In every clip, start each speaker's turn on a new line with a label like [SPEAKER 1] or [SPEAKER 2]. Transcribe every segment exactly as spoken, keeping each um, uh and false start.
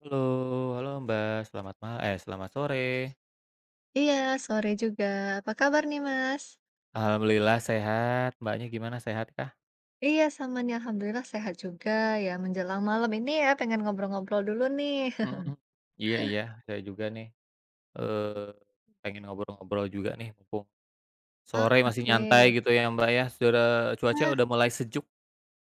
[SPEAKER 1] Halo halo Mbak, selamat ma eh, selamat sore.
[SPEAKER 2] Iya, sore juga. Apa kabar nih, Mas?
[SPEAKER 1] Alhamdulillah sehat, Mbaknya gimana, sehat kah?
[SPEAKER 2] Iya, sama nih. Alhamdulillah sehat juga ya. Menjelang malam ini ya, pengen ngobrol-ngobrol dulu nih.
[SPEAKER 1] Mhm. Iya iya, saya juga nih, eee, pengen ngobrol-ngobrol juga nih mumpung
[SPEAKER 2] Oh,
[SPEAKER 1] sore masih nyantai
[SPEAKER 2] oke.
[SPEAKER 1] gitu ya Mbak ya, sudah cuaca
[SPEAKER 2] Wah,
[SPEAKER 1] udah mulai sejuk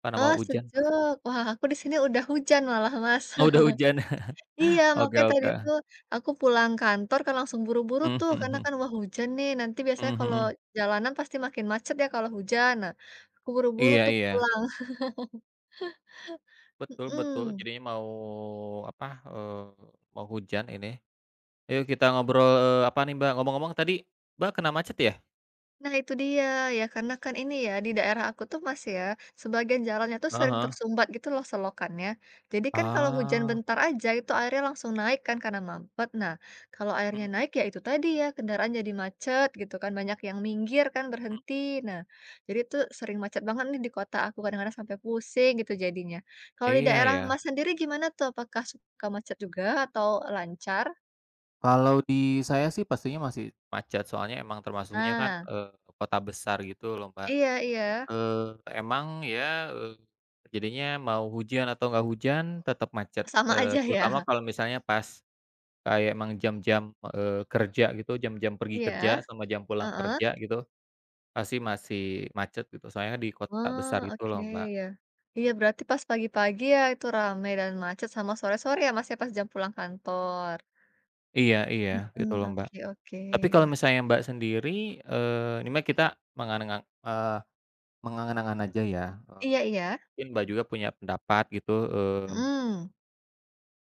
[SPEAKER 1] karena
[SPEAKER 2] oh,
[SPEAKER 1] mau hujan.
[SPEAKER 2] sejuk. Wah, aku di sini udah hujan malah, Mas.
[SPEAKER 1] Oh udah hujan,
[SPEAKER 2] Iya,
[SPEAKER 1] oke
[SPEAKER 2] makanya tadi
[SPEAKER 1] oke.
[SPEAKER 2] tuh aku pulang kantor kan langsung buru-buru
[SPEAKER 1] Mhm
[SPEAKER 2] tuh, karena
[SPEAKER 1] mhm
[SPEAKER 2] kan wah hujan nih. Nanti biasanya
[SPEAKER 1] mhm
[SPEAKER 2] kalau
[SPEAKER 1] mhm.
[SPEAKER 2] jalanan pasti makin macet ya kalau hujan. Nah, aku buru-buru
[SPEAKER 1] Iya
[SPEAKER 2] tuh
[SPEAKER 1] iya,
[SPEAKER 2] pulang.
[SPEAKER 1] betul betul,
[SPEAKER 2] Mm-mm.
[SPEAKER 1] jadinya mau apa, eee, mau hujan ini. Ayo kita ngobrol, eee, apa nih Mbak, ngomong-ngomong tadi Mbak kena macet ya?
[SPEAKER 2] Nah itu dia, ya karena kan ini ya, di daerah aku tuh Mas ya, sebagian jalannya tuh
[SPEAKER 1] Heeh
[SPEAKER 2] sering
[SPEAKER 1] heeh.
[SPEAKER 2] tersumbat gitu loh selokannya. Jadi kan kalau hujan
[SPEAKER 1] Ah.
[SPEAKER 2] bentar aja itu airnya langsung naik kan karena mampet. Nah, kalau airnya
[SPEAKER 1] Mhm
[SPEAKER 2] naik ya itu tadi ya, kendaraan jadi macet gitu kan, banyak yang minggir kan
[SPEAKER 1] mhm.
[SPEAKER 2] berhenti. Nah, jadi tuh sering macet banget nih di kota aku kadang-kadang sampai pusing gitu jadinya. Kalau di
[SPEAKER 1] Iya
[SPEAKER 2] daerah
[SPEAKER 1] ya.
[SPEAKER 2] Mas sendiri gimana tuh? Apakah suka macet juga atau lancar?
[SPEAKER 1] Kalau di Saya sih pastinya masih macet, soalnya emang termasuknya kan,
[SPEAKER 2] Ah,
[SPEAKER 1] eee, kota besar gitu loh, Mbak.
[SPEAKER 2] iya iya.
[SPEAKER 1] Eee, emang ya, eee, jadinya mau hujan atau nggak hujan tetap macet,
[SPEAKER 2] Sama
[SPEAKER 1] eee,
[SPEAKER 2] aja
[SPEAKER 1] terutama
[SPEAKER 2] ya.
[SPEAKER 1] kalau misalnya pas kayak emang jam-jam, eee, kerja gitu, jam-jam pergi kerja
[SPEAKER 2] Iya.
[SPEAKER 1] sama jam pulang
[SPEAKER 2] Heeh.
[SPEAKER 1] kerja gitu, pasti masih macet gitu, soalnya di kota besar
[SPEAKER 2] Oh,
[SPEAKER 1] gitu
[SPEAKER 2] oke
[SPEAKER 1] loh, Mbak.
[SPEAKER 2] ya. Iya berarti pas pagi-pagi ya itu rame dan macet sama sore-sore ya Mas ya pas jam pulang kantor.
[SPEAKER 1] Iya iya, gitu
[SPEAKER 2] Hmm,
[SPEAKER 1] loh, Mbak.
[SPEAKER 2] oke oke.
[SPEAKER 1] Tapi kalau
[SPEAKER 2] Wah
[SPEAKER 1] misalnya Mbak sendiri, eee, ini mah kita mengangan- eee, mengangan-angan aja ya,
[SPEAKER 2] iya iya.
[SPEAKER 1] mungkin Mbak juga punya pendapat gitu, mmm,
[SPEAKER 2] Hmm.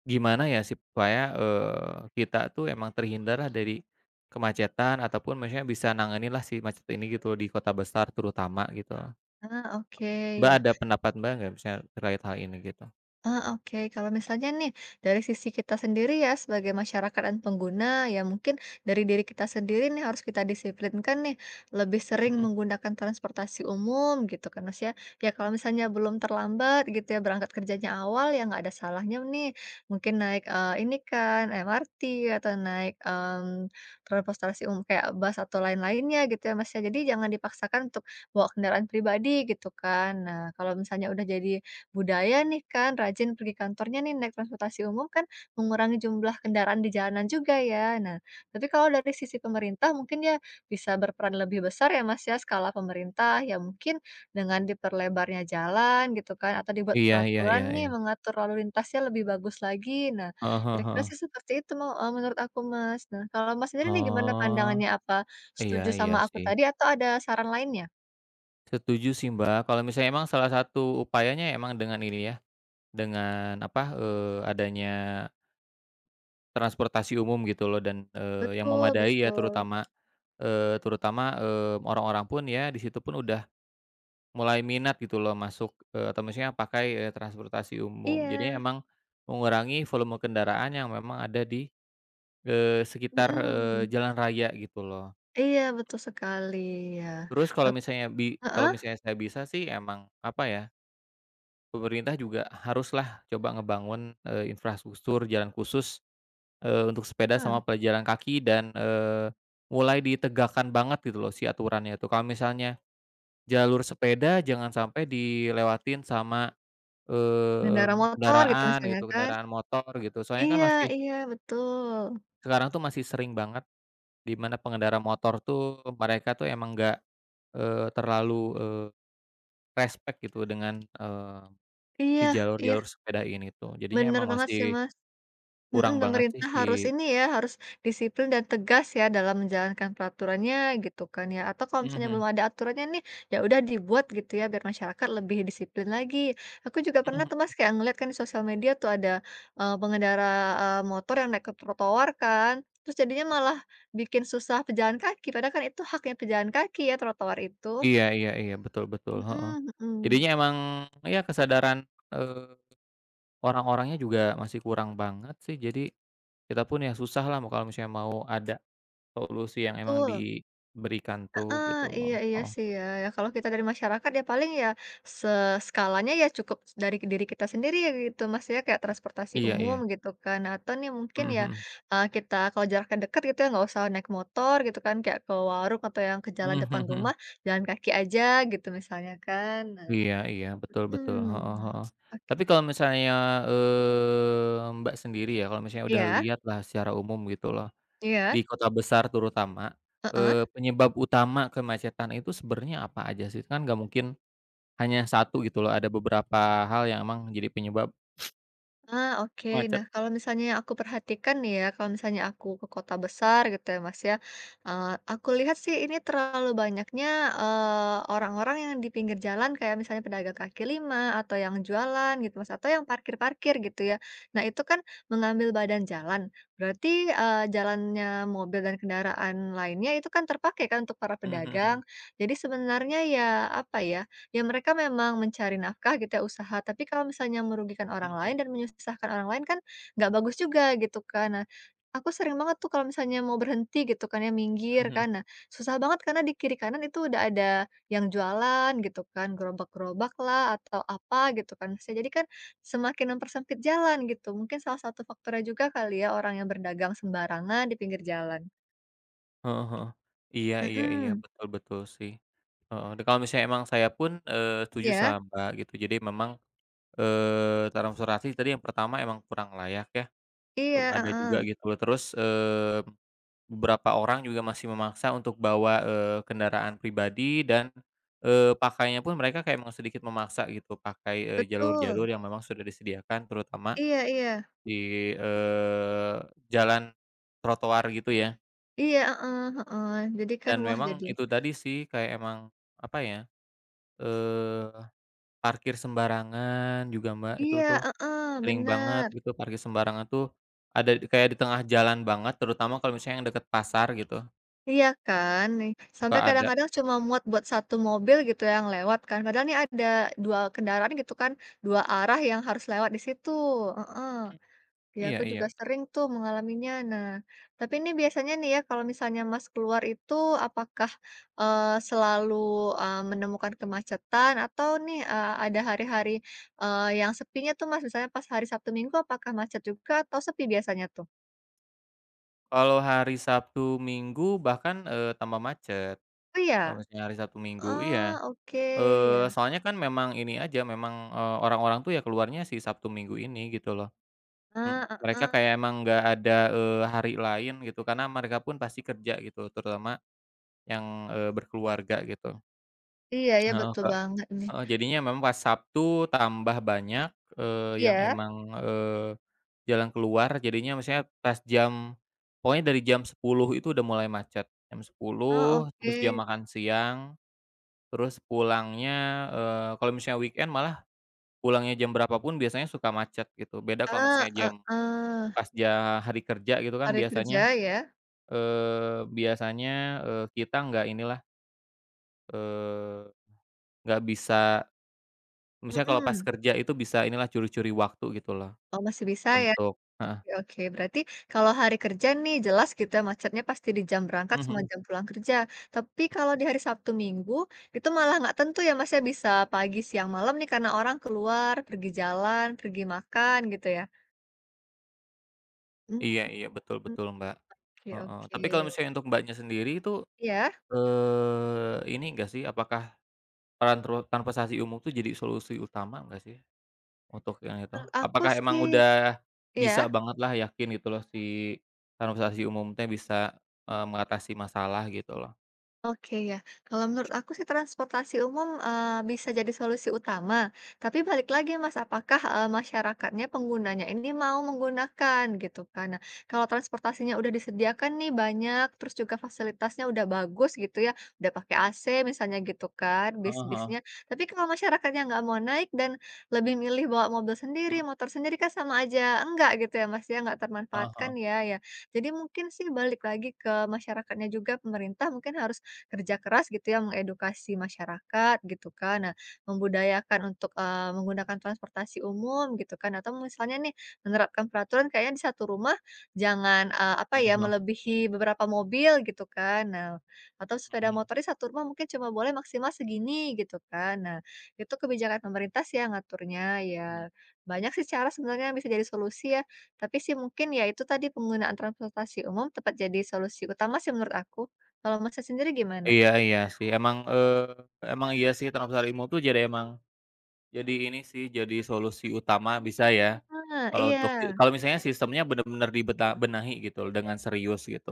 [SPEAKER 1] gimana ya supaya, eee, kita tuh emang terhindarlah dari kemacetan ataupun maksudnya bisa nanganinlah si macet ini gitu di kota besar terutama gitu.
[SPEAKER 2] Ah, oke
[SPEAKER 1] Mbak
[SPEAKER 2] ya.
[SPEAKER 1] ada pendapat Mbak nggak misalnya terkait hal ini gitu?
[SPEAKER 2] Ah, oke. Kalau misalnya nih dari sisi kita sendiri ya sebagai masyarakat dan pengguna ya mungkin dari diri kita sendiri nih harus kita disiplinkan nih lebih
[SPEAKER 1] Mhm
[SPEAKER 2] sering
[SPEAKER 1] mhm.
[SPEAKER 2] menggunakan transportasi umum gitu kan Mas ya. Ya kalau misalnya belum terlambat gitu ya berangkat kerjanya awal ya nggak ada salahnya nih mungkin naik eh, ini kan M R T atau naik em, transportasi umum kayak bus atau lain-lainnya gitu ya Mas ya. Jadi jangan dipaksakan untuk bawa kendaraan pribadi gitu kan. Nah, kalau misalnya udah jadi budaya nih kan, rajin pergi kantornya nih naik transportasi umum kan mengurangi jumlah kendaraan di jalanan juga ya. Nah, tapi kalau dari sisi pemerintah mungkin ya bisa berperan lebih besar ya Mas ya, skala pemerintah ya mungkin dengan diperlebarnya jalan gitu kan atau dibuat
[SPEAKER 1] Iya iya iya
[SPEAKER 2] peraturan nih
[SPEAKER 1] iya.
[SPEAKER 2] mengatur lalu lintasnya lebih bagus lagi. Nah,
[SPEAKER 1] Heeh heeh
[SPEAKER 2] kira-kira
[SPEAKER 1] heeh.
[SPEAKER 2] sih seperti itu mau eee, menurut aku Mas. Nah, kalau Mas sendiri nih gimana
[SPEAKER 1] Oh,
[SPEAKER 2] pandangannya? Apa
[SPEAKER 1] iya
[SPEAKER 2] setuju
[SPEAKER 1] iya
[SPEAKER 2] sama aku
[SPEAKER 1] sih.
[SPEAKER 2] tadi atau ada saran lainnya?
[SPEAKER 1] Setuju sih Mbak, kalau misalnya emang salah satu upayanya emang dengan ini ya, dengan apa, eee, adanya transportasi umum gitu loh dan, eee, yang
[SPEAKER 2] Betul
[SPEAKER 1] memadai ya
[SPEAKER 2] betul.
[SPEAKER 1] terutama, eee, terutama, eee, orang-orang pun ya di situ pun udah mulai minat gitu loh masuk, eee, atau maksudnya pakai, eee, transportasi umum. Jadi
[SPEAKER 2] Iya,
[SPEAKER 1] emang mengurangi volume kendaraan yang memang ada di, eee, sekitar, eee,
[SPEAKER 2] mhm.
[SPEAKER 1] jalan raya gitu loh.
[SPEAKER 2] Iya, betul sekali, ya.
[SPEAKER 1] Terus kalau
[SPEAKER 2] Hak
[SPEAKER 1] misalnya bi kalau
[SPEAKER 2] heeh
[SPEAKER 1] misalnya saya bisa sih emang apa ya, pemerintah juga haruslah coba ngebangun, eee, infrastruktur jalan khusus, Eee, untuk sepeda sama
[SPEAKER 2] heeh,
[SPEAKER 1] pejalan kaki dan, eee, mulai ditegakkan banget gitu loh si aturannya tuh. Kalau misalnya jalur sepeda jangan sampai dilewatin sama,
[SPEAKER 2] pengendara
[SPEAKER 1] mmm,
[SPEAKER 2] motor gitu
[SPEAKER 1] kendaraan
[SPEAKER 2] misalnya
[SPEAKER 1] gitu,
[SPEAKER 2] kan.
[SPEAKER 1] kendaraan motor gitu. Soalnya kan
[SPEAKER 2] Iya
[SPEAKER 1] masih
[SPEAKER 2] iya, betul.
[SPEAKER 1] sekarang tuh masih sering banget di mana pengendara motor tuh mereka tuh emang nggak, eee, terlalu, eee, respect gitu dengan, eee, si
[SPEAKER 2] Iya iya,
[SPEAKER 1] jalur-jalur sepeda ini tuh. Jadinya
[SPEAKER 2] bener
[SPEAKER 1] emang
[SPEAKER 2] banget sih,
[SPEAKER 1] masih
[SPEAKER 2] Mas. Mhm,
[SPEAKER 1] kurang banget sih
[SPEAKER 2] pemerintah
[SPEAKER 1] di
[SPEAKER 2] harus ini ya, harus disiplin dan tegas ya dalam menjalankan peraturannya gitu kan ya, atau kalau misalnya
[SPEAKER 1] mhm
[SPEAKER 2] belum ada aturannya nih, ya udah dibuat gitu ya biar masyarakat lebih disiplin lagi. Aku juga pernah
[SPEAKER 1] mhm.
[SPEAKER 2] tuh Mas kayak ngeliat kan di sosial media tuh ada, eee, pengendara, eee, motor yang naik ke trotoar kan, terus jadinya malah bikin susah pejalan kaki, padahal kan itu haknya pejalan kaki ya trotoar itu.
[SPEAKER 1] Iya iya iya, betul betul, heeh.
[SPEAKER 2] Mhm mhm,
[SPEAKER 1] Jadinya emang ya kesadaran, eee, orang-orangnya juga masih kurang banget sih, jadi kita pun ya susah lah mau kalau misalnya mau ada solusi yang emang
[SPEAKER 2] betul.
[SPEAKER 1] diberikan tuh
[SPEAKER 2] Heeh,
[SPEAKER 1] gitu
[SPEAKER 2] iya
[SPEAKER 1] loh,
[SPEAKER 2] iya
[SPEAKER 1] heeh.
[SPEAKER 2] sih ya, ya kalau kita dari masyarakat ya paling ya se skalanya ya cukup dari diri kita sendiri ya gitu Mas ya, kayak transportasi
[SPEAKER 1] Iya
[SPEAKER 2] umum
[SPEAKER 1] iya,
[SPEAKER 2] gitu kan, atau nih mungkin
[SPEAKER 1] mhm
[SPEAKER 2] ya,
[SPEAKER 1] mhm,
[SPEAKER 2] eee, kita kalau jaraknya dekat gitu ya nggak usah naik motor gitu kan, kayak ke warung atau yang ke
[SPEAKER 1] mhm
[SPEAKER 2] jalan depan
[SPEAKER 1] mhm mhm.
[SPEAKER 2] rumah, jalan kaki aja gitu misalnya kan. Nah
[SPEAKER 1] Iya iya, betul betul, heeh
[SPEAKER 2] mhm.
[SPEAKER 1] heeh.
[SPEAKER 2] Ok
[SPEAKER 1] Tapi kalau misalnya, eee, Mbak sendiri ya, kalau misalnya udah
[SPEAKER 2] iya
[SPEAKER 1] lihat lah secara umum gitu loh di
[SPEAKER 2] iya,
[SPEAKER 1] kota besar terutama,
[SPEAKER 2] heeh.
[SPEAKER 1] eee, penyebab utama kemacetan itu sebenarnya apa aja sih? Kan nggak mungkin hanya satu gitu loh, ada beberapa hal yang emang jadi penyebab
[SPEAKER 2] Ah, oke. Nah,
[SPEAKER 1] macet.
[SPEAKER 2] kalau misalnya yang aku perhatikan nih ya, kalau misalnya aku ke kota besar gitu ya, Mas ya, eee, aku lihat sih ini terlalu banyaknya, eee, orang-orang yang di pinggir jalan kayak misalnya pedagang kaki lima atau yang jualan gitu, Mas, atau yang parkir-parkir gitu ya. Nah, itu kan mengambil badan jalan, berarti, eee, jalannya mobil dan kendaraan lainnya itu kan terpakai kan untuk para
[SPEAKER 1] Mhm mhm
[SPEAKER 2] pedagang.
[SPEAKER 1] mhm.
[SPEAKER 2] Jadi sebenarnya ya, apa ya, ya mereka memang mencari nafkah gitu ya, usaha, tapi kalau misalnya merugikan orang lain
[SPEAKER 1] Mhm
[SPEAKER 2] dan menyusahkan orang lain kan nggak bagus juga gitu kan. Nah, aku sering banget tuh kalau misalnya mau berhenti gitu kan ya,
[SPEAKER 1] mhm
[SPEAKER 2] minggir
[SPEAKER 1] mhm.
[SPEAKER 2] kan. Nah, susah banget karena di kiri kanan itu udah ada yang jualan gitu kan, gerobak-gerobak lah atau apa gitu kan. Saya jadi kan semakin mempersempit jalan gitu. Mungkin salah satu faktornya juga kali ya orang yang berdagang sembarangan di pinggir jalan.
[SPEAKER 1] Heeh heeh. Iya iya iya,
[SPEAKER 2] Mhm.
[SPEAKER 1] betul betul sih. Heeh, dan kalau misalnya emang saya pun, eee, setuju
[SPEAKER 2] Iya,
[SPEAKER 1] sama Mbak gitu. Jadi memang, eee, transportasi tadi yang pertama emang kurang layak ya,
[SPEAKER 2] iya,
[SPEAKER 1] eee, ada
[SPEAKER 2] heeh,
[SPEAKER 1] juga gitu loh. Terus, eee beberapa orang juga masih memaksa untuk bawa, eee, kendaraan pribadi dan, eee, pakainya pun mereka kayak emang sedikit memaksa gitu, pakai, eee,
[SPEAKER 2] betul.
[SPEAKER 1] jalur-jalur yang memang sudah disediakan terutama
[SPEAKER 2] Iya iya.
[SPEAKER 1] di, eee, jalan trotoar gitu ya.
[SPEAKER 2] Iya, heeh heeh. Jadi kan
[SPEAKER 1] Dan
[SPEAKER 2] wah
[SPEAKER 1] memang
[SPEAKER 2] jadi
[SPEAKER 1] itu tadi sih kayak emang, apa ya, eee, parkir sembarangan juga Mbak, itu
[SPEAKER 2] iya,
[SPEAKER 1] tuh
[SPEAKER 2] heeh,
[SPEAKER 1] sering banget
[SPEAKER 2] bener.
[SPEAKER 1] gitu parkir sembarangan tuh ada di- kayak di tengah jalan banget terutama kalau misalnya yang deket pasar gitu,
[SPEAKER 2] Iya kan, nih
[SPEAKER 1] buka
[SPEAKER 2] sampai
[SPEAKER 1] ada
[SPEAKER 2] kadang-kadang cuma muat buat satu mobil gitu yang lewat kan, padahal nih ada dua kendaraan gitu kan, dua arah yang harus lewat di situ, heeh.
[SPEAKER 1] mhm,
[SPEAKER 2] Iya,
[SPEAKER 1] iya
[SPEAKER 2] aku
[SPEAKER 1] iya.
[SPEAKER 2] juga sering tuh mengalaminya. Nah, tapi ini biasanya nih ya, kalau misalnya Mas keluar itu apakah, eee, selalu, eee, menemukan kemacetan atau nih, eee, ada hari-hari, eee, yang sepinya tuh Mas, misalnya pas hari Sabtu Minggu apakah macet juga atau sepi biasanya tuh?
[SPEAKER 1] Kalau hari Sabtu Minggu bahkan, eee, tambah macet,
[SPEAKER 2] Oh
[SPEAKER 1] kalau
[SPEAKER 2] iya?
[SPEAKER 1] misalnya hari Sabtu Minggu
[SPEAKER 2] Ah
[SPEAKER 1] iya,
[SPEAKER 2] oke, ya.
[SPEAKER 1] eee, soalnya kan memang ini aja memang, eee, orang-orang tuh ya keluarnya si Sabtu Minggu ini gitu loh, mhm,
[SPEAKER 2] Ah,
[SPEAKER 1] mereka
[SPEAKER 2] heeh.
[SPEAKER 1] kayak emang nggak ada, eee, hari lain gitu karena mereka pun pasti kerja gitu terutama yang, eee, berkeluarga gitu,
[SPEAKER 2] Iya ya,
[SPEAKER 1] heeh,
[SPEAKER 2] betul
[SPEAKER 1] Kak.
[SPEAKER 2] banget nih.
[SPEAKER 1] Heeh, jadinya memang pas Sabtu tambah banyak, eee, yang
[SPEAKER 2] Iya?
[SPEAKER 1] emang, eee, jalan keluar jadinya misalnya pas jam pokoknya dari jam sepuluh itu udah mulai macet, jam
[SPEAKER 2] Ah
[SPEAKER 1] sepuluh
[SPEAKER 2] oke.
[SPEAKER 1] terus jam makan siang, terus pulangnya, eee, kalau misalnya weekend malah pulangnya jam berapa pun biasanya suka macet gitu. Beda kalau
[SPEAKER 2] Ah,
[SPEAKER 1] misalnya
[SPEAKER 2] ah
[SPEAKER 1] jam
[SPEAKER 2] ah.
[SPEAKER 1] pas ja hari kerja gitu kan
[SPEAKER 2] Hari kerja
[SPEAKER 1] biasanya,
[SPEAKER 2] ya?
[SPEAKER 1] eee, biasanya, eee, kita nggak inilah, eee, nggak bisa misalnya kalau pas
[SPEAKER 2] Mhm.
[SPEAKER 1] kerja itu bisa inilah curi-curi waktu gitu loh
[SPEAKER 2] Oh, masih bisa ya?
[SPEAKER 1] untuk heeh,
[SPEAKER 2] Oke oke, berarti kalau hari kerja nih jelas gitu ya macetnya pasti di jam berangkat sama
[SPEAKER 1] mhm,
[SPEAKER 2] jam pulang kerja. Tapi kalau di hari Sabtu Minggu, itu malah nggak tentu ya Mas ya, bisa pagi, siang, malam nih karena orang keluar, pergi jalan, pergi makan gitu ya? Mmm,
[SPEAKER 1] iya iya, betul betul, Mbak,
[SPEAKER 2] oke
[SPEAKER 1] heeh.
[SPEAKER 2] oke.
[SPEAKER 1] Tapi kalau misalnya untuk Mbaknya sendiri itu,
[SPEAKER 2] Ya
[SPEAKER 1] eee, ini enggak sih, apakah peran tru transportasi umum tuh jadi solusi utama enggak sih untuk yang itu?
[SPEAKER 2] menurut aku
[SPEAKER 1] Apakah emang
[SPEAKER 2] sih
[SPEAKER 1] udah bisa
[SPEAKER 2] ya.
[SPEAKER 1] bangetlah yakin gitu loh si transportasi umum teh bisa, eee, mengatasi masalah gitu loh?
[SPEAKER 2] Oke ya, kalau menurut aku sih transportasi umum, eee, bisa jadi solusi utama, tapi balik lagi Mas, apakah, eee, masyarakatnya, penggunanya ini mau menggunakan gitu kan. Nah, kalau transportasinya udah disediakan nih banyak, terus juga fasilitasnya udah bagus gitu ya, udah pakai A C misalnya gitu kan,
[SPEAKER 1] Heeh heeh,
[SPEAKER 2] bis-bisnya, tapi kalau masyarakatnya nggak mau naik dan lebih milih bawa mobil sendiri,
[SPEAKER 1] mmm,
[SPEAKER 2] motor sendiri kan sama aja enggak gitu ya Mas, ya, nggak
[SPEAKER 1] heeh heeh,
[SPEAKER 2] termanfaatkan ya ya. Jadi mungkin sih balik lagi ke masyarakatnya juga pemerintah mungkin harus kerja keras gitu ya mengedukasi masyarakat gitu kan. Nah, membudayakan untuk, eee, menggunakan transportasi umum gitu kan atau misalnya nih menerapkan peraturan kayaknya di satu rumah jangan, eee, apa
[SPEAKER 1] heeh
[SPEAKER 2] ya,
[SPEAKER 1] heeh,
[SPEAKER 2] melebihi beberapa mobil gitu kan. Nah, atau sepeda motor di satu rumah mungkin cuma boleh maksimal segini gitu kan. Nah, itu kebijakan pemerintah sih yang ngaturnya. Ya
[SPEAKER 1] mhm.
[SPEAKER 2] banyak sih cara sebenarnya yang bisa jadi solusi ya, tapi sih mungkin ya itu tadi penggunaan transportasi umum tepat jadi solusi utama sih menurut aku. Kalau Masnya sendiri gimana?
[SPEAKER 1] Iya iya sih emang, eee, emang iya sih transfer ilmu tuh jadi emang jadi ini sih jadi solusi utama bisa ya
[SPEAKER 2] Ah,
[SPEAKER 1] kalau
[SPEAKER 2] iya,
[SPEAKER 1] untuk si kalau misalnya sistemnya bener-bener dibeta benahi gitu loh dengan serius gitu,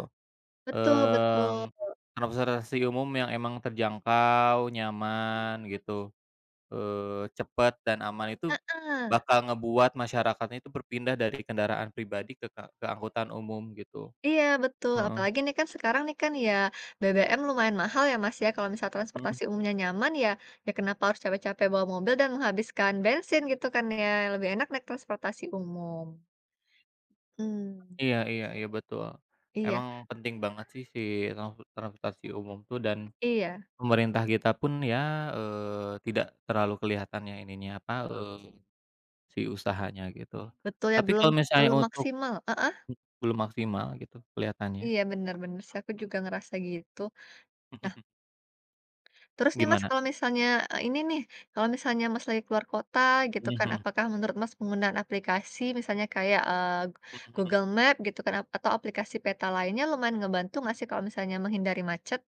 [SPEAKER 2] betul betul,
[SPEAKER 1] mmm, transportasi umum yang emang terjangkau, nyaman gitu, eee, cepet dan aman itu
[SPEAKER 2] heeh,
[SPEAKER 1] bakal ngebuat masyarakatnya itu berpindah dari kendaraan pribadi ke ka ke angkutan umum gitu,
[SPEAKER 2] iya betul,
[SPEAKER 1] heeh,
[SPEAKER 2] apalagi nih kan sekarang nih kan ya B B M lumayan mahal ya Mas ya, kalau misal
[SPEAKER 1] mhm.
[SPEAKER 2] transportasi umumnya nyaman ya, ya kenapa harus capek-capek bawa mobil dan menghabiskan bensin gitu kan ya, lebih enak naik transportasi umum. Hmm
[SPEAKER 1] Iya iya iya, betul.
[SPEAKER 2] iya
[SPEAKER 1] Emang penting banget sih si transp transportasi umum tuh dan
[SPEAKER 2] iya,
[SPEAKER 1] pemerintah kita pun ya, eee, tidak terlalu kelihatan ya ininya apa, eee, si usahanya gitu.
[SPEAKER 2] betul ya
[SPEAKER 1] Tapi
[SPEAKER 2] belum
[SPEAKER 1] kalau misalnya
[SPEAKER 2] belum
[SPEAKER 1] untuk
[SPEAKER 2] maksimal heeh,
[SPEAKER 1] belum maksimal gitu kelihatannya.
[SPEAKER 2] iya benar-benar sih aku juga ngerasa gitu. Terus nih Mas,
[SPEAKER 1] Gimana?
[SPEAKER 2] kalau misalnya, eee, ini nih, kalau misalnya Mas lagi keluar kota gitu kan,
[SPEAKER 1] Mhm
[SPEAKER 2] apakah menurut Mas penggunaan aplikasi misalnya kayak, eee,
[SPEAKER 1] mhm mhm.
[SPEAKER 2] Google Map gitu kan, ap atau aplikasi peta lainnya lumayan ngebantu nggak sih kalau misalnya menghindari macet?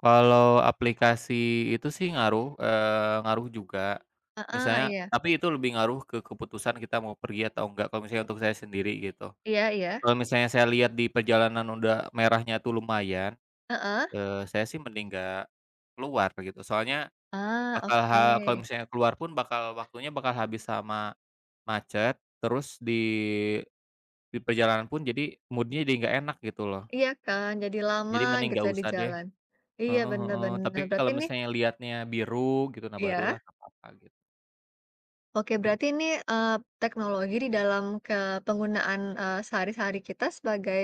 [SPEAKER 1] Kalau aplikasi itu sih ngaruh, eee, ngaruh juga.
[SPEAKER 2] Heeh,
[SPEAKER 1] Misalnya
[SPEAKER 2] iya.
[SPEAKER 1] tapi itu lebih ngaruh ke keputusan kita mau pergi atau enggak kalau misalnya untuk saya sendiri gitu.
[SPEAKER 2] Iya iya.
[SPEAKER 1] Kalau misalnya saya lihat di perjalanan udah merahnya tuh lumayan,
[SPEAKER 2] Heeh.
[SPEAKER 1] eee, saya sih mending nggak keluar gitu. Soalnya
[SPEAKER 2] Ah,
[SPEAKER 1] bakal ha
[SPEAKER 2] oke.
[SPEAKER 1] kalau misalnya keluar pun bakal waktunya bakal habis sama macet, terus di di perjalanan pun jadi mood-nya jadi nggak enak gitu loh.
[SPEAKER 2] Iya kan, jadi lama
[SPEAKER 1] Jadi mending
[SPEAKER 2] gitu
[SPEAKER 1] nggak
[SPEAKER 2] ya di
[SPEAKER 1] usah deh.
[SPEAKER 2] jalan. Iya,
[SPEAKER 1] Heeh
[SPEAKER 2] bener
[SPEAKER 1] heeh. Tapi
[SPEAKER 2] bener. Berarti
[SPEAKER 1] kalau
[SPEAKER 2] nih
[SPEAKER 1] misalnya lihatnya biru gitu, nah
[SPEAKER 2] iya?
[SPEAKER 1] barulah nggak apa-apa gitu.
[SPEAKER 2] Oke,
[SPEAKER 1] Mmm,
[SPEAKER 2] berarti ini, eee, teknologi di dalam ke penggunaan, eee, sehari-hari kita sebagai,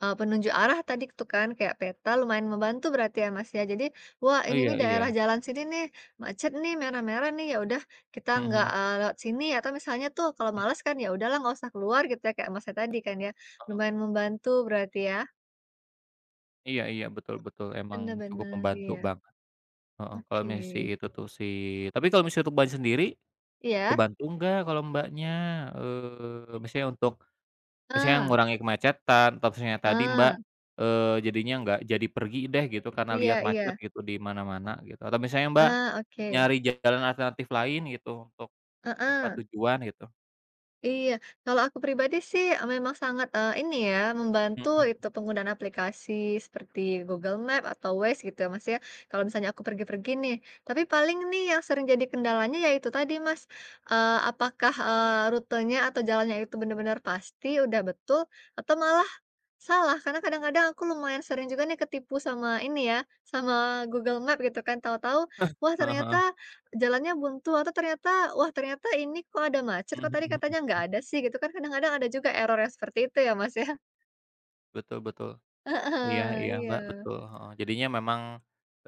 [SPEAKER 2] eee, penunjuk arah tadi itu kan, kayak peta lumayan membantu berarti ya, Mas, ya. Jadi, wah ini
[SPEAKER 1] iya
[SPEAKER 2] nih daerah
[SPEAKER 1] iya.
[SPEAKER 2] jalan sini nih macet nih, merah-merah nih, ya udah kita
[SPEAKER 1] Mhm
[SPEAKER 2] nggak,
[SPEAKER 1] mhm.
[SPEAKER 2] eee, lewat sini atau misalnya tuh kalau
[SPEAKER 1] Mhm,
[SPEAKER 2] malas kan, ya udahlah nggak usah keluar gitu ya, kayak Masnya tadi kan ya.
[SPEAKER 1] heeh.
[SPEAKER 2] Lumayan membantu berarti ya.
[SPEAKER 1] Iya iya, betul betul, emang
[SPEAKER 2] Bener
[SPEAKER 1] cukup
[SPEAKER 2] bener,
[SPEAKER 1] membantu
[SPEAKER 2] iya.
[SPEAKER 1] banget. Heeh, kalau
[SPEAKER 2] Oke.
[SPEAKER 1] misalnya si itu tuh si tapi kalau misalnya untuk ban sendiri
[SPEAKER 2] Iya?
[SPEAKER 1] kebantu nggak kalau Mbaknya, eee, misalnya untuk misalnya
[SPEAKER 2] Ah
[SPEAKER 1] ngurangi kemacetan atau misalnya tadi Mbak,
[SPEAKER 2] ah,
[SPEAKER 1] eee, jadinya nggak jadi pergi deh gitu karena
[SPEAKER 2] iya
[SPEAKER 1] lihat macet
[SPEAKER 2] iya.
[SPEAKER 1] gitu di mana-mana gitu atau misalnya Mbak
[SPEAKER 2] Ah, oke.
[SPEAKER 1] nyari jalan alternatif lain gitu untuk tempat
[SPEAKER 2] Heeh.
[SPEAKER 1] tujuan gitu.
[SPEAKER 2] Iya, kalau aku pribadi sih, eee, memang sangat, eee, ini ya, membantu
[SPEAKER 1] Mhm,
[SPEAKER 2] itu penggunaan aplikasi seperti Google Map atau Waze gitu ya, Mas, ya, kalau misalnya aku pergi-pergi nih. Tapi paling nih yang sering jadi kendalanya ya itu tadi, Mas, eee, apakah, eee, rutenya atau jalannya itu benar-benar pasti, udah betul, atau malah salah, karena kadang-kadang aku lumayan sering juga nih ketipu sama ini ya, sama Google Map gitu kan, tahu-tahu, wah
[SPEAKER 1] heeh
[SPEAKER 2] ternyata
[SPEAKER 1] heeh,
[SPEAKER 2] jalannya buntu atau ternyata, wah ternyata ini kok ada macet,
[SPEAKER 1] mhm
[SPEAKER 2] kok tadi
[SPEAKER 1] mhm
[SPEAKER 2] katanya nggak
[SPEAKER 1] mhm,
[SPEAKER 2] ada sih gitu kan, kadang-kadang ada juga error yang seperti itu ya Mas ya.
[SPEAKER 1] betul betul. Iya
[SPEAKER 2] Heeh,
[SPEAKER 1] iya
[SPEAKER 2] iya.
[SPEAKER 1] Mbak, betul, heeh, jadinya memang,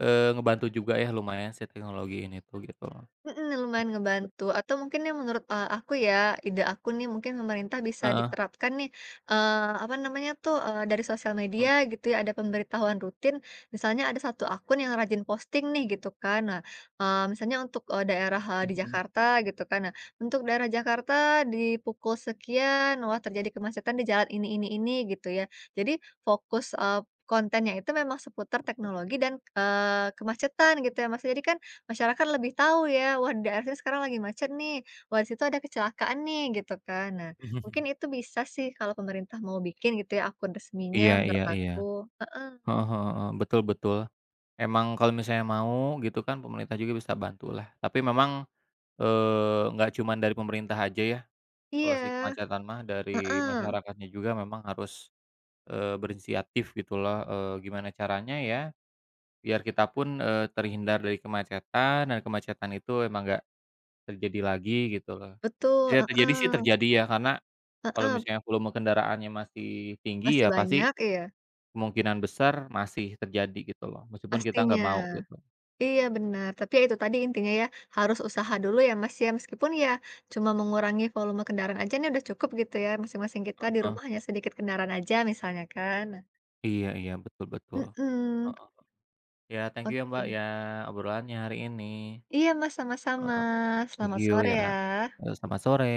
[SPEAKER 1] eee, ngebantu juga ya lumayan sih teknologi ini tuh gitu loh.
[SPEAKER 2] Mhm, lumayan
[SPEAKER 1] Bet
[SPEAKER 2] ngebantu atau mungkin yang menurut, eee, aku ya, ide aku nih mungkin pemerintah bisa
[SPEAKER 1] Heeh,
[SPEAKER 2] diterapkan nih, eee, apa namanya tuh, eee, dari sosial media gitu ya, ada pemberitahuan rutin, misalnya ada satu akun yang rajin posting nih gitu kan. Nah, eee, misalnya untuk, eee, daerah, eee, di
[SPEAKER 1] mhm
[SPEAKER 2] Jakarta gitu kan, nah, "Untuk daerah Jakarta di pukul sekian, wah terjadi kemacetan di jalan ini ini ini," gitu ya. Jadi fokus, eee, kontennya itu memang seputar teknologi dan, eee, kemacetan gitu ya, Mas. Jadi kan masyarakat lebih tahu ya, wah di daerah sini sekarang lagi macet nih, wah di situ ada kecelakaan nih, gitu kan. Nah, mungkin
[SPEAKER 1] mhm.
[SPEAKER 2] itu bisa sih kalau pemerintah mau bikin gitu ya akun resminya
[SPEAKER 1] Iya iya
[SPEAKER 2] menurut
[SPEAKER 1] iya,
[SPEAKER 2] aku. Heeh.
[SPEAKER 1] heeh heeh heeh, betul betul. Emang kalau misalnya mau gitu kan pemerintah juga bisa bantulah. Tapi memang, eee, nggak cuman dari pemerintah aja ya, kalau si
[SPEAKER 2] Iya,
[SPEAKER 1] kemacetan mah dari
[SPEAKER 2] heeh,
[SPEAKER 1] masyarakatnya juga memang harus, eee, berinisiatif gitu loh, eee, gimana caranya ya biar kita pun, eee, terhindar dari kemacetan dan kemacetan itu emang nggak terjadi lagi gitu loh.
[SPEAKER 2] betul,
[SPEAKER 1] Ya terjadi sih
[SPEAKER 2] heeh,
[SPEAKER 1] terjadi ya karena kalau
[SPEAKER 2] heeh,
[SPEAKER 1] misalnya volume kendaraannya masih tinggi
[SPEAKER 2] masih
[SPEAKER 1] ya pasti
[SPEAKER 2] banyak iya,
[SPEAKER 1] kemungkinan besar masih terjadi gitu loh meskipun kita nggak
[SPEAKER 2] pastinya.
[SPEAKER 1] mau gitu.
[SPEAKER 2] Iya benar, tapi ya itu tadi intinya ya, harus usaha dulu ya Mas ya, meskipun ya cuma mengurangi volume kendaraan aja nih udah cukup gitu ya, masing-masing kita di
[SPEAKER 1] Heeh,
[SPEAKER 2] rumah hanya sedikit kendaraan aja misalnya kan.
[SPEAKER 1] iya iya, betul betul.
[SPEAKER 2] Mhm,
[SPEAKER 1] Heeh. Ya thank you ya Mbak
[SPEAKER 2] oke.
[SPEAKER 1] ya obrolannya hari ini.
[SPEAKER 2] Iya Mas, sama-sama.
[SPEAKER 1] Heeh, thank
[SPEAKER 2] Selamat
[SPEAKER 1] you
[SPEAKER 2] sore
[SPEAKER 1] ya.
[SPEAKER 2] ya.
[SPEAKER 1] Eee, selamat sore.